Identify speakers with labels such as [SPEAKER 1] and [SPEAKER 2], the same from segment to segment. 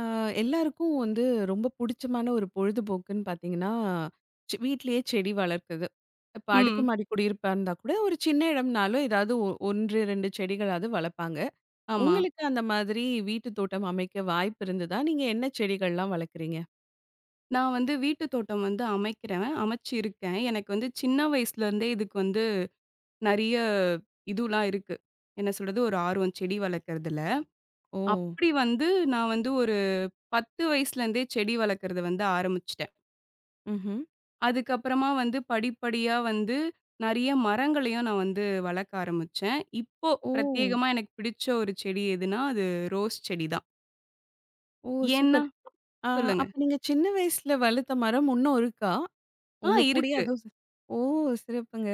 [SPEAKER 1] ஆ, எல்லாருக்கும் வந்து ரொம்ப புடிச்சமான ஒரு பொழுதுபோக்குன்னு பார்த்தீங்கன்னா, வீட்லயே செடி வளர்க்குறது. இப்ப
[SPEAKER 2] ம்.
[SPEAKER 1] அடுக்குமாடி குடியிருப்பா இருந்தா கூட, ஒரு சின்ன இடம்னாலும் ஏதாவது 1, 2 செடிகளாவது வளர்ப்பாங்க.
[SPEAKER 2] ஆமா.
[SPEAKER 1] உங்களுக்கு அந்த மாதிரி வீட்டு தோட்டம் அமைக்க வாய்ப்பு இருந்ததா? நீங்க என்ன செடிகள்லாம் வளர்க்குறீங்க?
[SPEAKER 2] நான் வந்து வீட்டு தோட்டம் வந்து அமைக்கிறேன். அமைச்சு இருக்கேன். எனக்கு வந்து சின்ன வயசுலேருந்தே இதுக்கு வந்து நெறைய இதுலாம் இருக்கு. என்ன சொல்றது? ஒரு ஆர்வம் செடி வளர்க்கறதுல.
[SPEAKER 1] ஓ!
[SPEAKER 2] அப்படி வந்து நான் வந்து ஒரு 10 வயசுலேருந்தே செடி வளர்க்கறத வந்து ஆரம்பிச்சுட்டேன்.
[SPEAKER 1] ம்ஹ்ம்.
[SPEAKER 2] அதுக்கப்புறமா வந்து படிப்படியா வந்து நெறைய மரங்களையும் நான் வந்து வளர்க்க ஆரம்பிச்சேன். இப்போ
[SPEAKER 1] ஓ!
[SPEAKER 2] பிரத்யேகமா எனக்கு பிடிச்ச ஒரு செடி எதுன்னா, அது ரோஸ் செடி தான்.
[SPEAKER 1] ஓ!
[SPEAKER 2] ஏன்னா
[SPEAKER 1] சூப்பர். ஆ
[SPEAKER 2] சொல்லுங்க.
[SPEAKER 1] அப்ப நீங்க சின்ன வயசுல வளர்த்த மரம் இன்னும் இருக்கா?
[SPEAKER 2] ஆ
[SPEAKER 1] உங்க கூடயே
[SPEAKER 2] இருக்கு.
[SPEAKER 1] அதுவும். ஓ! சிறப்புங்க.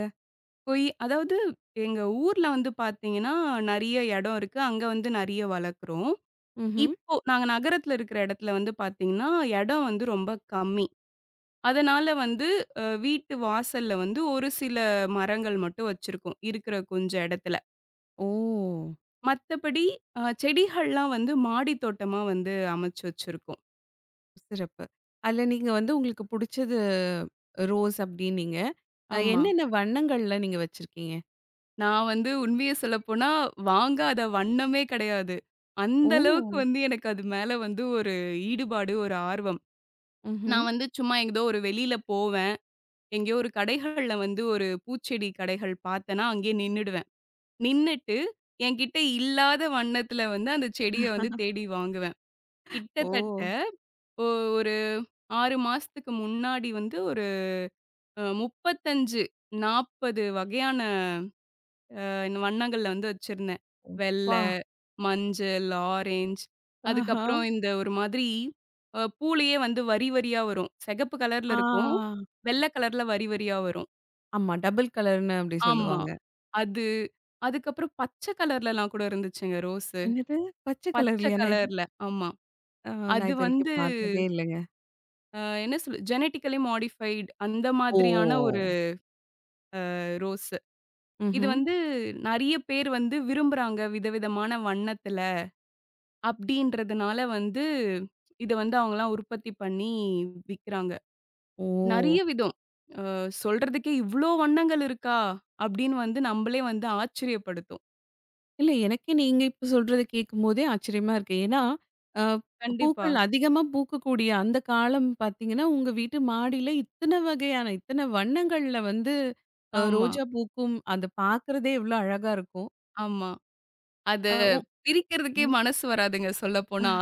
[SPEAKER 2] போய் அதாவது எங்க ஊர்ல வந்து பார்த்தீங்கன்னா, நெறைய இடம் இருக்கு. அங்க வந்து நெறைய வளர்க்குறோம்.
[SPEAKER 1] ம்ஹ்ம்.
[SPEAKER 2] இப்போ நாங்க நகரத்துல இருக்கிற இடத்துல வந்து பார்த்தீங்கன்னா, இடம் வந்து ரொம்ப கம்மி. அதனால வந்து வீட்டு வாசல்ல வந்து ஒரு சில மரங்கள் மட்டும் வச்சிருக்கோம், இருக்கிற கொஞ்சம் இடத்துல.
[SPEAKER 1] ஓ!
[SPEAKER 2] மத்தபடி செடிகள்லாம் வந்து மாடி தோட்டமா வந்து அமைச்சு வச்சிருக்கோம்.
[SPEAKER 1] சிறப்பு. அதுல நீங்க வந்து உங்களுக்கு புடிச்சது ரோஸ் அப்டின்னீங்க.
[SPEAKER 2] ஆமா.
[SPEAKER 1] என்னென்ன வண்ணங்கள்ல நீங்க வச்சிருக்கீங்க?
[SPEAKER 2] நான் வந்து உண்மைய சொல்லப்போனா, வாங்காத வண்ணமே கிடையாது. அந்த
[SPEAKER 1] ஓ!
[SPEAKER 2] அளவுக்கு வந்து எனக்கு அது மேல வந்து ஒரு ஈடுபாடு, ஒரு ஆர்வம்.
[SPEAKER 1] ம்ஹ்ம்.
[SPEAKER 2] நான் வந்து சும்மா எங்கேதோ ஒரு வெளியில போவேன். எங்கேயோ ஒரு கடைகள்ல வந்து ஒரு பூச்செடி கடைகள் பார்த்தேன்னா, அங்கேயே நின்னுடுவேன். நின்னுட்டு, என்கிட்ட இல்லாத வண்ணத்துல வந்து அந்த செடிய வந்து தேடி வாங்குவேன்.
[SPEAKER 1] ஓ!
[SPEAKER 2] கிட்டத்தட்ட ஒ ஒரு 6 மாசத்துக்கு முன்னாடி வந்து ஒரு 35, 40 வகையான வண்ணங்கள்ல வந்து வச்சிருந்தேன். வெள்ள,
[SPEAKER 1] அப்பா!
[SPEAKER 2] மஞ்சள், ஆரஞ்ச்
[SPEAKER 1] ஆஹா!
[SPEAKER 2] அதுக்கப்புறம் இந்த ஒரு மாதிரி பூலயே வந்து வரி வரியா வரும். சிகப்பு கலர்ல
[SPEAKER 1] ஆ.
[SPEAKER 2] இருக்கும். வெள்ள கலர்ல வரி வரியா வரும்.
[SPEAKER 1] ஆமா. டபுள் கலர்ன்னு அப்டி
[SPEAKER 2] ஆமா.
[SPEAKER 1] சொல்லுவாங்க.
[SPEAKER 2] அது அதுக்கப்புறம் பச்ச கலர்லலாம் கூட இருந்துச்சுங்க ரோஸு.
[SPEAKER 1] என்னது? பச்சை
[SPEAKER 2] பச்ச
[SPEAKER 1] கலர்லயா?
[SPEAKER 2] கலர்ல. ஆமா.
[SPEAKER 1] அ நான்
[SPEAKER 2] அது வந்து
[SPEAKER 1] இதுவரைக்கும் பார்த்ததே இல்லங்க.
[SPEAKER 2] என்ன சொல்ல ஜெனடிக்கலி மாடிஃபைட் அந்த மாதிரியான
[SPEAKER 1] ஓ!
[SPEAKER 2] ஒரு ரோஸு. இது
[SPEAKER 1] ம்ஹ்ம்.
[SPEAKER 2] வந்து நெறைய பேர் வந்து விரும்புறாங்க, விதவிதமான வண்ணத்துல. அப்படின்றதுனால வந்து இத வந்து அவங்கலாம் உற்பத்தி பண்ணி விக்கிறாங்க.
[SPEAKER 1] ஓ!
[SPEAKER 2] நெறைய விதம். சொல்றதுக்கே இவ்ளோ வண்ணங்கள் இருக்கா? அப்படின்னு வந்து நம்பளே வந்து ஆச்சரியப்படுத்தும்.
[SPEAKER 1] இல்ல, எனக்கே நீங்க இப்ப சொல்றத கேட்கும்போதே ஆச்சரியமா இருக்கு. ஏன்னா, அ
[SPEAKER 2] கண்டிப்பா.
[SPEAKER 1] பூக்கள் அதிகமா பூக்கக்கூடிய அந்த காலம் பார்த்தீங்கன்னா, உங்க வீட்டு மாடியில இத்தன வகையான, இத்தன வண்ணங்கள்ல வந்து
[SPEAKER 2] ஆமா,
[SPEAKER 1] ரோஜா பூக்கும். அத பார்க்கறதே எவ்வளோ அழகா இருக்கும்.
[SPEAKER 2] ஆமா. அத
[SPEAKER 1] அ உ
[SPEAKER 2] பிரிக்கிறதுக்கே
[SPEAKER 1] ம்.
[SPEAKER 2] மனசு வராதுங்க சொல்லப்போனா.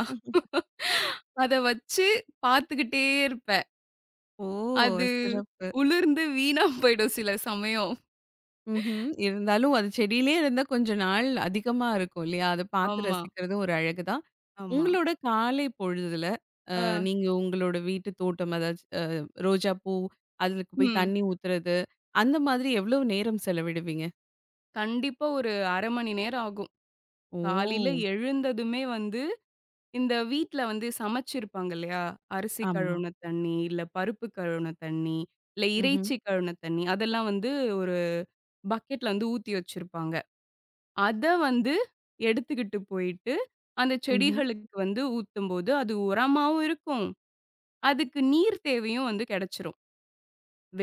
[SPEAKER 2] அத வச்சு பார்த்துக்கிட்டே இருப்பேன்.
[SPEAKER 1] ஓ!
[SPEAKER 2] அது
[SPEAKER 1] சிறப்பு.
[SPEAKER 2] உளுர்ந்து வீணா போயிடும் சில சமயம்.
[SPEAKER 1] ம்ஹ்ம். இருந்தாலும் அது செடியிலேயே இருந்தா கொஞ்ச நாள் அதிகமா இருக்கும் இல்லையா? அத பார்த்து
[SPEAKER 2] ஆமா,
[SPEAKER 1] ரசிக்கிறதும் ஒரு அழகு தான்.
[SPEAKER 2] ஆமா.
[SPEAKER 1] உங்களோட காலை பொழுதுல
[SPEAKER 2] அ,
[SPEAKER 1] நீங்க உங்களோட வீட்டு தோட்டம் அதாச்சு ரோஜா பூ, அதுக்கு போய்
[SPEAKER 2] ம்.
[SPEAKER 1] தண்ணி ஊத்துறது, அந்த மாதிரி எவ்வளவு நேரம் செலவிடுவீங்க?
[SPEAKER 2] கண்டிப்பா ஒரு 1/2 மணி நேரம் ஆகும். காலையில
[SPEAKER 1] ஓ!
[SPEAKER 2] எழுந்ததுமே வந்து இந்த வீட்ல வந்து சமைச்சிருப்பாங்க இல்லையா? அரிசி
[SPEAKER 1] ஆமா.
[SPEAKER 2] கழுவுன தண்ணி, இல்ல பருப்பு கழுவுன தண்ணி, இல்ல
[SPEAKER 1] ம்ஹ்ம்.
[SPEAKER 2] இறைச்சி கழுவுன தண்ணி, அதெல்லாம் வந்து ஒரு பக்கெட்ல வந்து ஊத்தி வச்சிருப்பாங்க. அத வந்து எடுத்துக்கிட்டு போயிட்டு, அந்த
[SPEAKER 1] ம்ஹ்ம்.
[SPEAKER 2] செடிகளுக்கு வந்து ஊத்தும்போது, அது உரமாவும் இருக்கும். அதுக்கு நீர் தேவையும் வந்து கிடைச்சிரும்.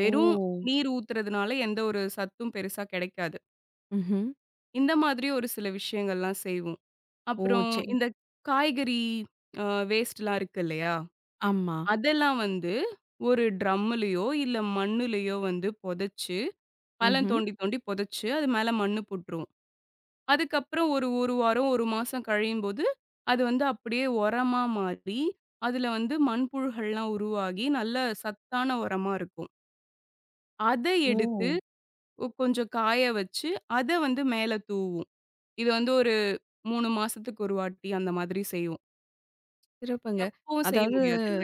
[SPEAKER 1] ஓ!
[SPEAKER 2] நீர் ஊத்துறதுனால எந்த ஒரு சத்தும் பெருசா கிடைக்காது.
[SPEAKER 1] ம்ஹ்ம்.
[SPEAKER 2] இந்த மாதிரி ஒரு சில விஷயங்கள்லாம் செய்வோம்.
[SPEAKER 1] ஓ!
[SPEAKER 2] அப்புறம்
[SPEAKER 1] சே
[SPEAKER 2] இந்த காய்கறி அ வேஸ்ட்லாம் இருக்கு இல்லையா?
[SPEAKER 1] ஆமா.
[SPEAKER 2] அதெல்லாம் வந்து ஒரு ட்ரம்முலயோ, இல்ல மண்ணுலயோ வந்து புதைச்சு, பள்ளம்
[SPEAKER 1] ம்ஹ்ம்.
[SPEAKER 2] தோண்டி தோண்டி புதைச்சு, அது மேல மண்ணு போட்டுருவோம். அதுக்கப்புறம் ஒரு 1 வாரம், 1 மாசம் கழியும்போது, அது வந்து அப்படியே உரமா மாறி, அதுல வந்து மண்புழுக்கள்லாம் உருவாகி, நல்ல சத்தான உரமா இருக்கும். அத
[SPEAKER 1] ஓ!
[SPEAKER 2] எடுத்து கொஞ்சம் காய வச்சு, அத வந்து மேல தூவும். இது வந்து ஒரு 3 மாசத்துக்கு ஒரு வாட்டி அந்த மாதிரி செய்வோம்.
[SPEAKER 1] சிறப்புங்க.
[SPEAKER 2] எப்பவும் செய்ய
[SPEAKER 1] அதாவது
[SPEAKER 2] முடியாதுல்ல.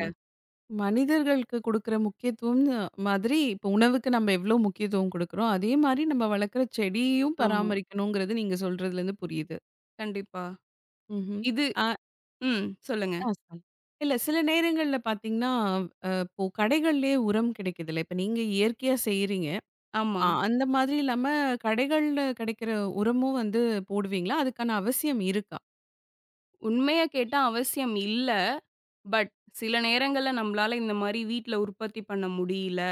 [SPEAKER 1] மனிதர்களுக்கு குடுக்குற முக்கியத்துவம் மாதிரி, இப்போ உணவுக்கு நம்ம எவ்வளோ முக்கியத்துவம் குடுக்குறோம், அதே மாரி நம்ம வளர்க்குற செடியையும்
[SPEAKER 2] ஆமா,
[SPEAKER 1] பராமரிக்கணுங்கிறது நீங்க சொல்றதுலேருந்து புரியுது.
[SPEAKER 2] கண்டிப்பா.
[SPEAKER 1] ம்ஹ்ம்.
[SPEAKER 2] இது
[SPEAKER 1] அ
[SPEAKER 2] ம். சொல்லுங்க.
[SPEAKER 1] ஆ சொல் இல்ல சில நேரங்கள்ல பார்த்தீங்கன்னா, இப்போ கடைகள்லயே உரம் கிடைக்குதுல்ல. இப்ப நீங்க இயற்கையா செய்றீங்க.
[SPEAKER 2] ஆமா.
[SPEAKER 1] அந்த மாதிரி இல்லாம கடைகள்ல கிடைக்கிற உரமும் வந்து போடுவீங்களா? அதுக்கான அவசியம் இருக்கா?
[SPEAKER 2] உண்மைய கேட்டா அவசியம் இல்ல. பட் சில நேரங்கள்ல நம்மளால இந்த மாரி வீட்ல உற்பத்தி பண்ண முடியல.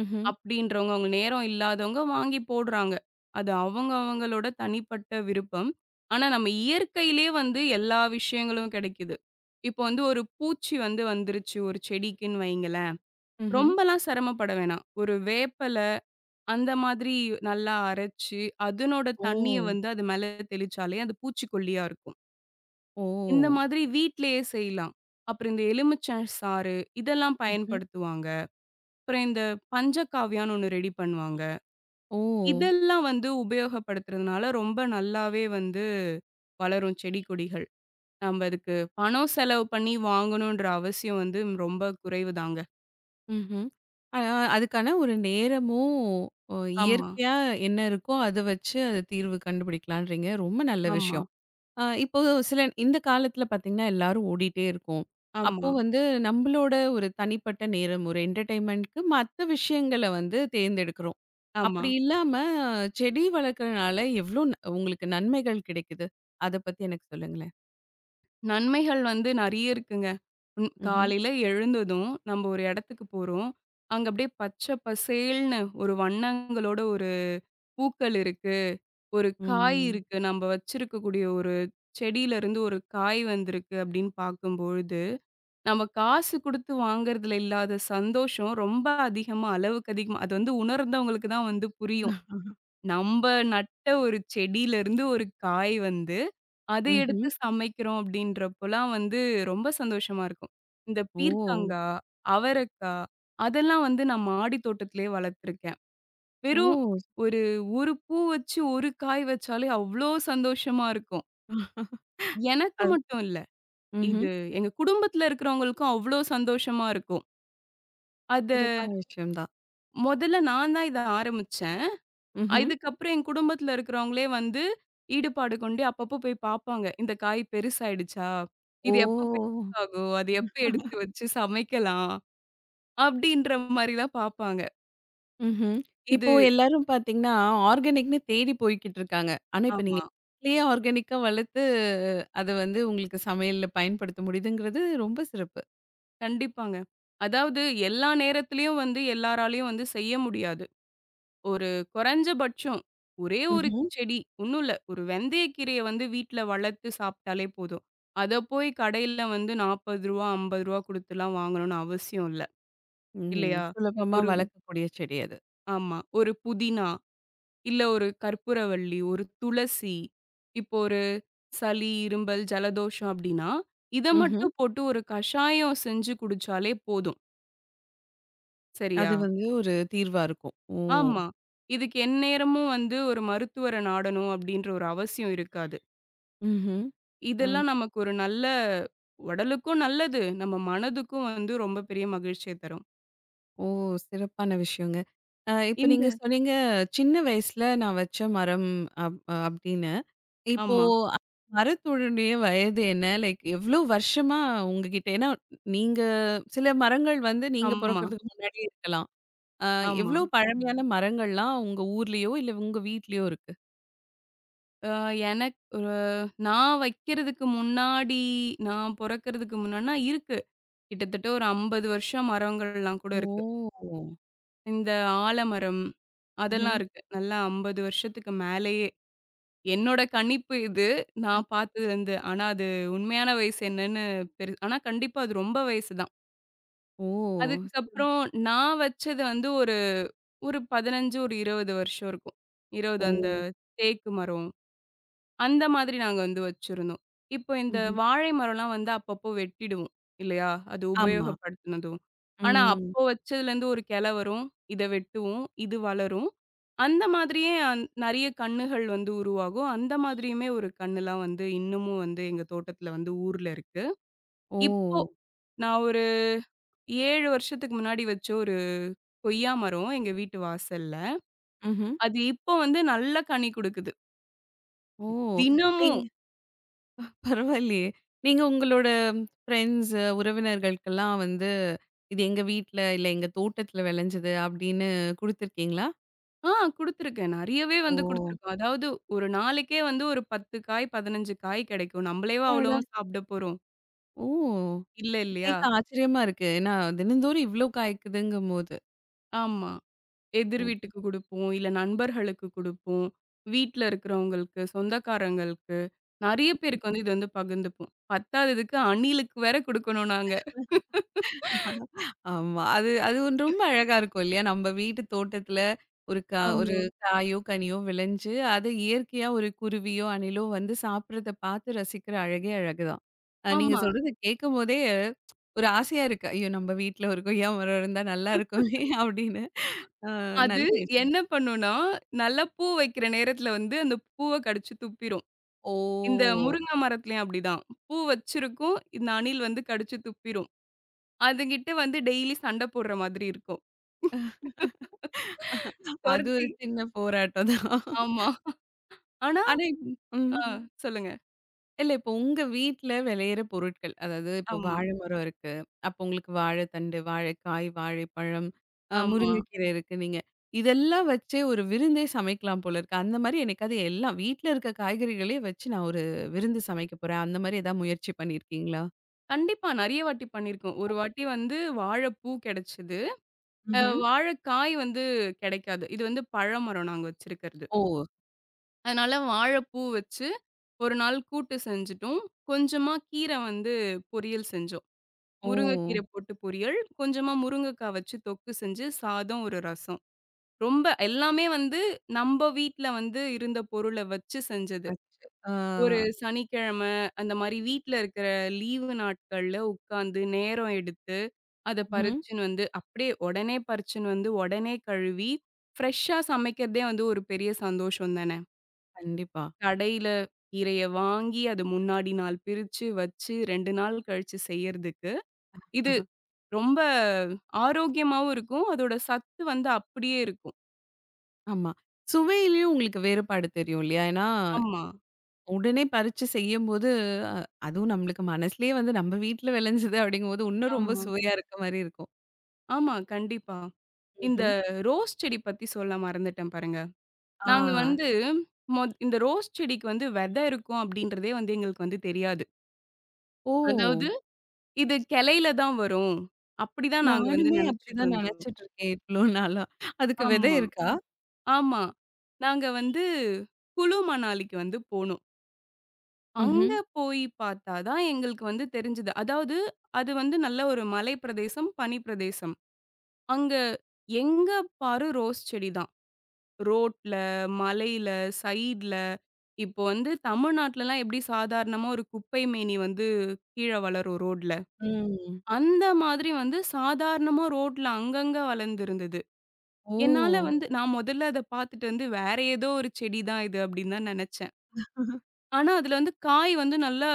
[SPEAKER 1] ம்ஹ்ம்.
[SPEAKER 2] அப்படின்றவங்க, அவங்க நேரம் இல்லாதவங்க வாங்கி போடுறாங்க. அது அவங்க அவங்களோட தனிப்பட்ட விருப்பம். ஆனா நம்ம இயற்கையிலே வந்து எல்லா விஷயங்களும் கிடைக்குது. இப்போ வந்து ஒரு பூச்சி வந்து வந்துருச்சு ஒரு செடிக்குன்னு வைங்களேன்.
[SPEAKER 1] ம்ஹ்ம்.
[SPEAKER 2] ரொம்பலாம் சிரமப்பட வேணாம். ஒரு வேப்பல அந்த மாதிரி நல்லா அரைச்சு, அதனோட
[SPEAKER 1] ஓ!
[SPEAKER 2] தண்ணிய வந்து அது மேல தெளிச்சாலே அது பூச்சிக்கொல்லியா இருக்கும்.
[SPEAKER 1] ஓ!
[SPEAKER 2] இந்த மாதிரி வீட்லயே செய்யலாம். அப்புறம் இந்த எலுமிச்ச சாறு இதெல்லாம்
[SPEAKER 1] ம்ஹ்ம்.
[SPEAKER 2] பயன்படுத்துவாங்க. அப்புறம் இந்த பஞ்சகாவ்யான்னு ஒண்ணு ரெடி பண்ணுவாங்க.
[SPEAKER 1] ஓ!
[SPEAKER 2] இதெல்லாம் வந்து உபயோகப்படுத்துறதுனால ரொம்ப நல்லாவே வந்து வளரும் செடி, கொடிகள். நம்ப அதுக்கு பணம் செலவு பண்ணி வாங்கணுன்ற அவசியம் வந்து ரொம்ப குறைவு தாங்க.
[SPEAKER 1] ம்ஹ்ம். அ அ- அதுக்கான ஒரு நேரமும் அ
[SPEAKER 2] ஆமா,
[SPEAKER 1] இயற்கையா என்ன இருக்கோ, அத வச்சு அது தீர்வு கண்டுபிடிக்கலான்றீங்க. ரொம்ப நல்ல
[SPEAKER 2] ஆமா,
[SPEAKER 1] விஷயம். ஆ இப்போ சில இந்த காலத்துல பார்த்தீங்கன்னா, எல்லாரும் ஓடிட்டே இருக்கோம். அப்போ
[SPEAKER 2] ஆமா,
[SPEAKER 1] வந்து நம்பளோட ஒரு தனிப்பட்ட நேரம், ஒரு என்டர்டெயின்மென்ட்க்கு மத்த விஷயங்கள வந்து தேர்ந்தெடுக்கிறோம்.
[SPEAKER 2] ஆமா.
[SPEAKER 1] அப்படி இல்லாம செடி வளர்க்கறனால எவ்ளோ ந உங்களுக்கு நன்மைகள் கிடைக்குது? அத பத்தி எனக்கு சொல்லுங்களேன்.
[SPEAKER 2] நன்மைகள் வந்து நெறைய இருக்குங்க. ம்
[SPEAKER 1] ம்ஹ்ம்.
[SPEAKER 2] காலையில எழுந்ததும் நம்ம ஒரு இடத்துக்கு போறோம். அங்க அப்படியே பச்சை பசேல்னு ஒரு வண்ணங்களோட ஒரு பூக்கள் இருக்கு, ஒரு காய்
[SPEAKER 1] ம்.
[SPEAKER 2] இருக்கு. நம்ம வச்சிருக்கக்கூடிய ஒரு செடியிலருந்து ஒரு காய் வந்திருக்கு அப்படின்னு பார்க்கும்பொழுது நம்ம காசு குடுத்து வாங்குறதுல இல்லாத சந்தோஷம் ரொம்ப அதிகமா, அளவுக்கு அதிகமா அது வந்து உணர்ந்தவங்களுக்கு தான் வந்து புரியும். நம்ப நட்ட ஒரு செடியிலருந்து ஒரு காய் வந்து, அத எடுத்து
[SPEAKER 1] ம்ஹ்ம்.
[SPEAKER 2] சமைக்கிறோம் அப்படின்றப்போலாம் வந்து ரொம்ப சந்தோஷமா இருக்கும். இந்த
[SPEAKER 1] ஓ!
[SPEAKER 2] பீர்க்கங்கா, அவரக்கா அதெல்லாம் வந்து நான் மாடி தோட்டத்திலேயே வளர்த்துருக்கேன். வெறும்
[SPEAKER 1] ஓ!
[SPEAKER 2] ஒரு 1 பூ வச்சு, 1 காய் வச்சாலே அவ்ளோ சந்தோஷமா இருக்கும். எனக்கு
[SPEAKER 1] அது
[SPEAKER 2] மட்டும் இல்ல.
[SPEAKER 1] ம்ஹ்ம்.
[SPEAKER 2] இது எங்க குடும்பத்தில இருக்கிறவங்களுக்கும் அவ்ளோ சந்தோஷமா இருக்கும். அத
[SPEAKER 1] சிறப்பான விஷயம் தான்.
[SPEAKER 2] மொதல்ல நான் தான் இத ஆரம்பிச்சேன்.
[SPEAKER 1] ம்ஹ்ம்.
[SPEAKER 2] இதுக்கப்புறம் என் குடும்பத்துல இருக்கிறவங்களே வந்து ஈடுபாடு கொண்டு அப்பப்போ போய் பாப்பாங்க. இந்த காய் பெருசாயிடுச்சா?
[SPEAKER 1] ஓ!
[SPEAKER 2] இது எப்ப பெருசாகும்? அது எப்ப எடுத்து வச்சு சமைக்கலாம்? அப்படின்ற மாரிலாம் பாப்பாங்க.
[SPEAKER 1] ம்ஹ்ம்.
[SPEAKER 2] இது
[SPEAKER 1] இப்போ எல்லாரும் பார்த்தீங்கன்னா, ஆர்கானிக்ன்னு தேடி போய்க்கிட்டு இருக்காங்க. ஆனா, இப்ப நீங்க
[SPEAKER 2] ஆமா.
[SPEAKER 1] வீட்லயே ஆர்கானிக்கா வளர்த்து, அத வந்து உங்களுக்கு சமையல்ல பயன்படுத்த முடியுதுங்கிறது ரொம்ப சிறப்பு.
[SPEAKER 2] கண்டிப்பாங்க. அதாவது எல்லா நேரத்திலயும் வந்து எல்லாராலயும் வந்து செய்ய முடியாது. ஒரு குறைஞ்சபட்சம் ஒரே ஒரு
[SPEAKER 1] ம்ஹ்ம்.
[SPEAKER 2] செடி ஒன்னும் இல்ல. ஒரு வெந்தயக்கீரைய வந்து வீட்ல வளர்த்து சாப்பிட்டாலே போதும். அத போய் கடையில வந்து ரூ. 40, ரூ. 50 குடுத்துலாம் வாங்கணும்னு அவசியம் இல்ல.
[SPEAKER 1] ம்.
[SPEAKER 2] இல்லையா?
[SPEAKER 1] சுலபமா
[SPEAKER 2] ஒரு
[SPEAKER 1] வளர்க்கக்கூடிய செடி அது.
[SPEAKER 2] ஆமா. ஒரு புதினா, இல்ல ஒரு கற்பூரவள்ளி, ஒரு துளசி, இப்போ ஒரு சளி, இரும்பல், ஜலதோஷம் அப்டின்னா, இத
[SPEAKER 1] ம்ஹ்ம்.
[SPEAKER 2] மட்டும் போட்டு ஒரு கஷாயம் செஞ்சு குடிச்சாலே போதும். சரியா?
[SPEAKER 1] அது வந்து ஒரு தீர்வா இருக்கும். ஓ!
[SPEAKER 2] ஆமா. இதுக்கு எந்நேரமும் வந்து ஒரு மருத்துவர நாடணும் அப்டின்ற ஒரு அவசியம் இருக்காது.
[SPEAKER 1] ம்ஹ்ம். அ
[SPEAKER 2] இதெல்லாம் நமக்கு ஒரு நல்ல உடலுக்கும் நல்லது. நம்ம மனதுக்கும் வந்து ரொம்ப பெரிய மகிழ்ச்சிய தரும்.
[SPEAKER 1] ஓ! சிறப்பான விஷயங்க. இப்ப
[SPEAKER 2] இந்த
[SPEAKER 1] நீங்க சொன்னீங்க, சின்ன வயசுல நான் வச்ச மரம் அப் அப்படின்னு. இப்போ
[SPEAKER 2] ஆமா,
[SPEAKER 1] மரத்தோடனுடைய வயது என்ன? லைக் எவ்ளோ வருஷமா உங்ககிட்ட ஏன்னா, நீங்க சில மரங்கள் வந்து நீங்க
[SPEAKER 2] ஆமா,
[SPEAKER 1] பொறக்கறதுக்கு முன்னாடி இருக்கலாம். அ
[SPEAKER 2] ஆமா.
[SPEAKER 1] எவ்ளோ பழமையான மரங்கள்லாம் உங்க ஊர்லயோ, இல்ல உங்க வீட்லயோ இருக்கு?
[SPEAKER 2] அ ஒரு நான் வைக்கிறதுக்கு முன்னாடி நான் பொறக்கறதுக்கு முன்னாடினா இருக்கு. கிட்டத்தட்ட ஒரு 50 வருஷம் மரங்கள்லாம் கூட இருக்கு.
[SPEAKER 1] ஓ!
[SPEAKER 2] இந்த ஆலமரம் அதெல்லாம்
[SPEAKER 1] ம்ஹ்ம்.
[SPEAKER 2] இருக்கு. நல்லா 50 வருஷத்துக்கு மேலேயே. என்னோட கணிப்பு இது. நான் பார்த்ததுலருந்து. ஆனா அது உண்மையான வயசு என்னன்னு ஆனா கண்டிப்பா அது ரொம்ப வயசு தான்.
[SPEAKER 1] ஓ!
[SPEAKER 2] அதுக்கப்புறம் நான் வச்சது வந்து ஒரு ஒரு 15, ஒரு 20 வருஷம் இருக்கும். 20
[SPEAKER 1] ஓ!
[SPEAKER 2] அந்த தேக்கு மரம். அந்த மாதிரி நாங்க வந்து வச்சிருந்தோம். இப்போ இந்த
[SPEAKER 1] ம்ஹ்ம்.
[SPEAKER 2] வாழை மரம்லாம் வந்து அப்பப்போ வெட்டிடுவோம். இல்லையா? அது
[SPEAKER 1] ஆமா.
[SPEAKER 2] உபயோகப்படுத்தினதும். ஆனா,
[SPEAKER 1] ம்.
[SPEAKER 2] அப்போ வச்சதுலேருந்து ஒரு கிளை வரும். இத வெட்டுவோம். இது வளரும். அந்த மாதிரியே நெறைய கன்னுகள் வந்து உருவாகும். அந்த மாதிரியுமே ஒரு கன்னுலாம் வந்து இன்னமும் வந்து எங்க தோட்டத்தில வந்து ஊர்ல இருக்கு.
[SPEAKER 1] ஓ!
[SPEAKER 2] இப்போ நான் ஒரு 7 வருஷத்துக்கு முன்னாடி வச்ச ஒரு கொய்யா மரம் எங்க வீட்டு வாசல்ல.
[SPEAKER 1] ம்ஹ்ம்.
[SPEAKER 2] அது இப்போ வந்து நல்லா கனி குடுக்குது.
[SPEAKER 1] ஓ! நீங்க
[SPEAKER 2] தினமும்
[SPEAKER 1] பரவாயில்லையே! நீங்க உங்களோட ஃப்ரெண்ட்ஸ், உறவினர்களுக்கெல்லாம் வந்து, "இது எங்க வீட்ல, இல்ல எங்க தோட்டத்துல விளைஞ்சது" அப்படின்னு குடுத்துருக்கீங்களா?
[SPEAKER 2] ஆ குடுத்துருக்கேன். நெறையவே
[SPEAKER 1] ஓ!
[SPEAKER 2] வந்து குடுத்துருக்கோம். அதாவது ஒரு நாளைக்கே வந்து ஒரு 10 காய், 15 காய் கிடைக்கும். நம்மளேவா
[SPEAKER 1] அப்பாடா!
[SPEAKER 2] அவ்வளவும் சாப்பிட போறோம்?
[SPEAKER 1] ஓ!
[SPEAKER 2] இல்ல இல்லையா?
[SPEAKER 1] கேட்க ஆச்சரியமா இருக்கு. ஏன்னா தினந்தோறும் இவ்ளோ காய்க்குதுங்கும்போது.
[SPEAKER 2] ஆமா. எதிர்
[SPEAKER 1] ஓ.
[SPEAKER 2] வீட்டுக்கு குடுப்போம். இல்ல நண்பர்களுக்கு குடுப்போம். வீட்ல இருக்கிறவங்களுக்கு, சொந்தக்காரங்களுக்கு, நெறைய பேருக்கு வந்து இது வந்து பகிர்ந்துப்போம். பத்தாததுக்கு அணிலுக்கு வேற குடுக்கணும் நாங்க.
[SPEAKER 1] ஆமா. அது அது ஒண்ணு ரொம்ப அழகா இருக்கும் இல்லையா? நம்ம வீட்டு தோட்டத்துல ஒரு
[SPEAKER 2] ஆமா.
[SPEAKER 1] காயோ, கனியோ விளைஞ்சு, அத இயற்கையா ஒரு குருவியோ, அணிலோ வந்து சாப்பிடுறத பார்த்து ரசிக்கிற அழகே அழகுதான். நீங்க
[SPEAKER 2] ஆமா.
[SPEAKER 1] சொல்றது கேட்கும்போதே ஒரு ஆசையா இருக்கு. ஐயோ! நம்ம வீட்ல ஒரு கொய்யா மரம் இருந்தா நல்லா இருக்குமே! அப்படின்னு. அ
[SPEAKER 2] அது
[SPEAKER 1] நல்ல விஷயம்.
[SPEAKER 2] என்ன பண்ணும்னா, நல்லா பூ வைக்கிற நேரத்துல வந்து அந்த பூவ கடிச்சு துப்பிரும்.
[SPEAKER 1] ஓ!
[SPEAKER 2] இந்த முருங்கை மரத்துலயும் அப்படிதான். பூ வச்சிருக்கும். இந்த அணில் வந்து கடிச்சு துப்பிரும். அதுகிட்ட வந்து டெய்லி சண்டை போடுற மாதிரி இருக்கும்.
[SPEAKER 1] அது ஒரு
[SPEAKER 2] தொரத்தி
[SPEAKER 1] சின்ன போராட்டம் தான்.
[SPEAKER 2] ஆமா. ஆனா
[SPEAKER 1] ஆனா, ம்.
[SPEAKER 2] ஆ சொல்லுங்க.
[SPEAKER 1] இல்ல இப்போ உங்க வீட்ல விளையிற பொருட்கள், அதாவது இப்போ
[SPEAKER 2] ஆமா,
[SPEAKER 1] வாழை மரம் இருக்கு. அப்போ உங்களுக்கு வாழைத்தண்டு, வாழைக்காய், வாழைப்பழம், ம்.
[SPEAKER 2] ஆமா.
[SPEAKER 1] முருங்கைக்கீரை இருக்கு நீங்க. இதெல்லாம் வச்சே ஒரு விருந்தே சமைக்கலாம் போல இருக்கு. அந்த மாரி எனக்காவது எல்லாம் வீட்ல இருக்க காய்கறிகளே வச்சு நான் ஒரு விருந்து சமைக்க போறேன். அந்த மாரி ஏதாவது முயற்சி பண்ணியிருக்கீங்களா?
[SPEAKER 2] கண்டிப்பா நெறைய வாட்டி பண்ணியிருக்கோம். ஒரு வாட்டி வந்து வாழைப்பூ கிடைச்சது. அ
[SPEAKER 1] ம்ஹ்ம்.
[SPEAKER 2] வாழைக்காய் வந்து கிடைக்காது. இது வந்து பழமரம் நாங்க வச்சிருக்கிறது.
[SPEAKER 1] ஓ!
[SPEAKER 2] அதனால வாழைப்பூ வச்சு ஒரு நாள் கூட்டு செஞ்சுட்டோம். கொஞ்சமா கீரை வந்து பொரியல் செஞ்சோம்.
[SPEAKER 1] ஓ!
[SPEAKER 2] முருங்கைக்கீரை போட்டு பொரியல், கொஞ்சமா முருங்கைக்காய் வச்சு தொக்கு செஞ்சு, சாதம், ஒரு ரசம். ரொம்ப எல்லாமே வந்து நம்ப வீட்ல வந்து இருந்த பொருள வச்சு செஞ்சது.
[SPEAKER 1] வச்சு. ஆ.
[SPEAKER 2] ஒரு சனிக்கிழமை அந்த மாரி வீட்ல இருக்கிற லீவு நாட்கள்ல உட்காந்து நேரம் எடுத்து, அத
[SPEAKER 1] ம்ஹ்ம்.
[SPEAKER 2] பறிச்சுன்னு வந்து அப்படியே உடனே பறிச்சுன்னு வந்து, உடனே கழுவி, ஃப்ரெஷ்ஷா சமைக்கிறதே வந்து ஒரு பெரிய சந்தோஷம் தானே!
[SPEAKER 1] கண்டிப்பா.
[SPEAKER 2] கடையில கீரைய வாங்கி, அது முன்னாடி நாள் பிரிச்சு வச்சு 2 நாள் கழிச்சு செய்யறதுக்கு, இது ரொம்ப ஆரோக்கியமாவும் இருக்கும். அதோட சத்து வந்து அப்படியே இருக்கும்.
[SPEAKER 1] ஆமா. சுவையிலயும் உங்களுக்கு வேறுபாடு தெரியும் இல்லையா? ஏன்னா,
[SPEAKER 2] ஆமா,
[SPEAKER 1] உடனே பறிச்சு செய்யும்போது, அ அதுவும் நம்மளுக்கு மனசுலயே வந்து நம்ம வீட்ல விளைஞ்சது அப்படிங்கும்போது, இன்னும் ரொம்ப
[SPEAKER 2] ஆமா,
[SPEAKER 1] சுவையா இருக்க மாரி இருக்கும்.
[SPEAKER 2] ஆமா. கண்டிப்பா. இந்த
[SPEAKER 1] ம்ஹ்ம்.
[SPEAKER 2] ரோஸ் செடி பத்தி சொல்ல மறந்துட்டேன் பாருங்க.
[SPEAKER 1] ஆ.
[SPEAKER 2] நாங்க ம். வந்து இந்த ரோஸ் செடிக்கு வந்து வெதை இருக்கும் அப்படின்றதே வந்து எங்களுக்கு வந்து தெரியாது.
[SPEAKER 1] ஓ!
[SPEAKER 2] அதாவது இது கிளையில தான் வரும். அப்படிதான் நாங்க வந்து
[SPEAKER 1] நானுமே
[SPEAKER 2] நினைச்சுட்டு
[SPEAKER 1] அப்படிதான்
[SPEAKER 2] இருந்தோம்.
[SPEAKER 1] நெனச்சுட்டு இருக்கேன் இவ்ளோ நாளா. அதுக்கு விதை
[SPEAKER 2] ஆமா.
[SPEAKER 1] இருக்கா?
[SPEAKER 2] ஆமா. நாங்க வந்து குளு மணாலிக்கு வந்து போனோம்.
[SPEAKER 1] ம்ஹ்ம்.
[SPEAKER 2] அங்க போய் பார்த்தா தான் எங்களுக்கு வந்து தெரிஞ்சது. அதாவது அது வந்து நல்ல ஒரு மலை பிரதேசம், பனி பிரதேசம். அங்க எங்க பாரு ரோஸ் செடி தான். ரோட்ல, மலையில, சைட்ல. இப்போ வந்து தமிழ்நாட்டுலலாம் எப்படி சாதாரணமா ஒரு குப்பை மேனி வந்து கீழ வளரும் ரோட்ல.
[SPEAKER 1] ம்.
[SPEAKER 2] அந்த மாதிரி வந்து சாதாரணமா ரோட்ல அங்கங்க வளர்ந்திருந்தது.
[SPEAKER 1] ஓ!
[SPEAKER 2] என்னால வந்து நான் முதல்ல அத பார்த்துட்டு வந்து வேற ஏதோ ஒரு செடி தான் இது அப்படின்னு தான் நினைச்சேன். ஆனா, அதுல வந்து காய் வந்து நல்லா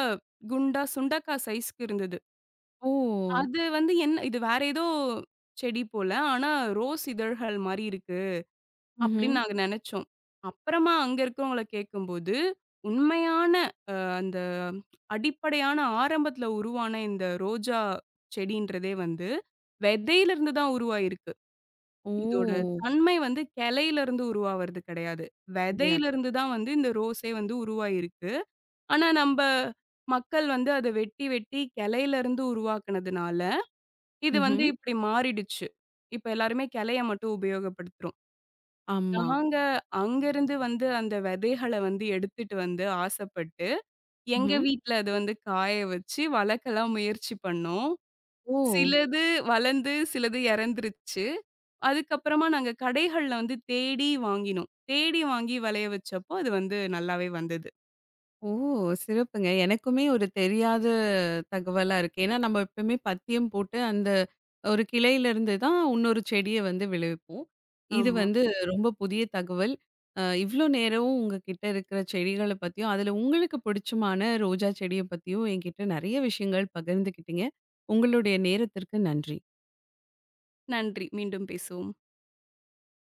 [SPEAKER 2] குண்டா சுண்டக்கா சைஸ்க்கு இருந்தது.
[SPEAKER 1] ஓ!
[SPEAKER 2] அது வந்து என்ன இது வேற ஏதோ செடி போல. ஆனா, ரோஸ் இதழ்கள் மாரி இருக்கு
[SPEAKER 1] ம்ஹ்ம்.
[SPEAKER 2] அப்படின்னு நாங்க நெனச்சோம். அப்புறமா அங்க இருக்கிறவங்கள கேட்கும்போது, உண்மையான அந்த அடிப்படையான ஆரம்பத்துல உருவான இந்த ரோஜா செடின்றதே வந்து விதையிலிருந்து தான் உருவாயிருக்கு. இதோட
[SPEAKER 1] ஓ!
[SPEAKER 2] தன்மை வந்து கிளையிலருந்து உருவாவது கிடையாது.
[SPEAKER 1] கிடையாது.
[SPEAKER 2] விதையிலிருந்து தான் வந்து இந்த ரோஸே வந்து உருவாயிருக்கு. ஆனா, நம்ப மக்கள் வந்து அத வெட்டி, வெட்டி கிளையிலருந்து உருவாக்குனதுனால, இது வந்து
[SPEAKER 1] ம்ஹ்ம்.
[SPEAKER 2] இப்டி மாறிடுச்சு. இப்ப எல்லாருமே கிளைய மட்டும் உபயோகப்படுத்துறோம்.
[SPEAKER 1] ஆமா.
[SPEAKER 2] நாங்க அங்கருந்து வந்து அந்த விதைகள வந்து எடுத்துட்டு வந்து ஆசைப்பட்டு, எங்க
[SPEAKER 1] ம்ஹ்ம்.
[SPEAKER 2] வீட்ல அத வந்து காய வச்சு வளர்க்கலாம் முயற்சி பண்ணோம்.
[SPEAKER 1] ஓ!
[SPEAKER 2] சிலது வளர்ந்து, சிலது இறந்துருச்சு. அதுக்கப்புறமா நாங்க கடைகள்ல வந்து தேடி வாங்கினோம். தேடி வாங்கி விளைய வச்சப்போ, அது வந்து நல்லாவே வந்தது.
[SPEAKER 1] ஓ! சிறப்புங்க. எனக்குமே ஒரு தெரியாத தகவலா இருக்கு. ஏன்னா, நம்ம எப்பவுமே பத்தியம் போட்டு அந்த ஒரு கிளையிலிருந்து தான் இன்னொரு செடிய வந்து விளைவிப்போம். இது
[SPEAKER 2] ஆமா.
[SPEAKER 1] வந்து ரொம்ப புதிய தகவல். இவ்ளோ நேரம் உங்ககிட்ட இருக்கிற செடிகள பத்தியும், அதுல உங்களுக்கு பிடிச்சமான ரோஜா செடிய பத்தியும் என்கிட்ட நெறைய விஷயங்கள் பகிர்ந்துக்கிட்டீங்க. உங்களுடைய நேரத்திற்கு நன்றி.
[SPEAKER 2] நன்றி. மீண்டும் பேசுவோம்.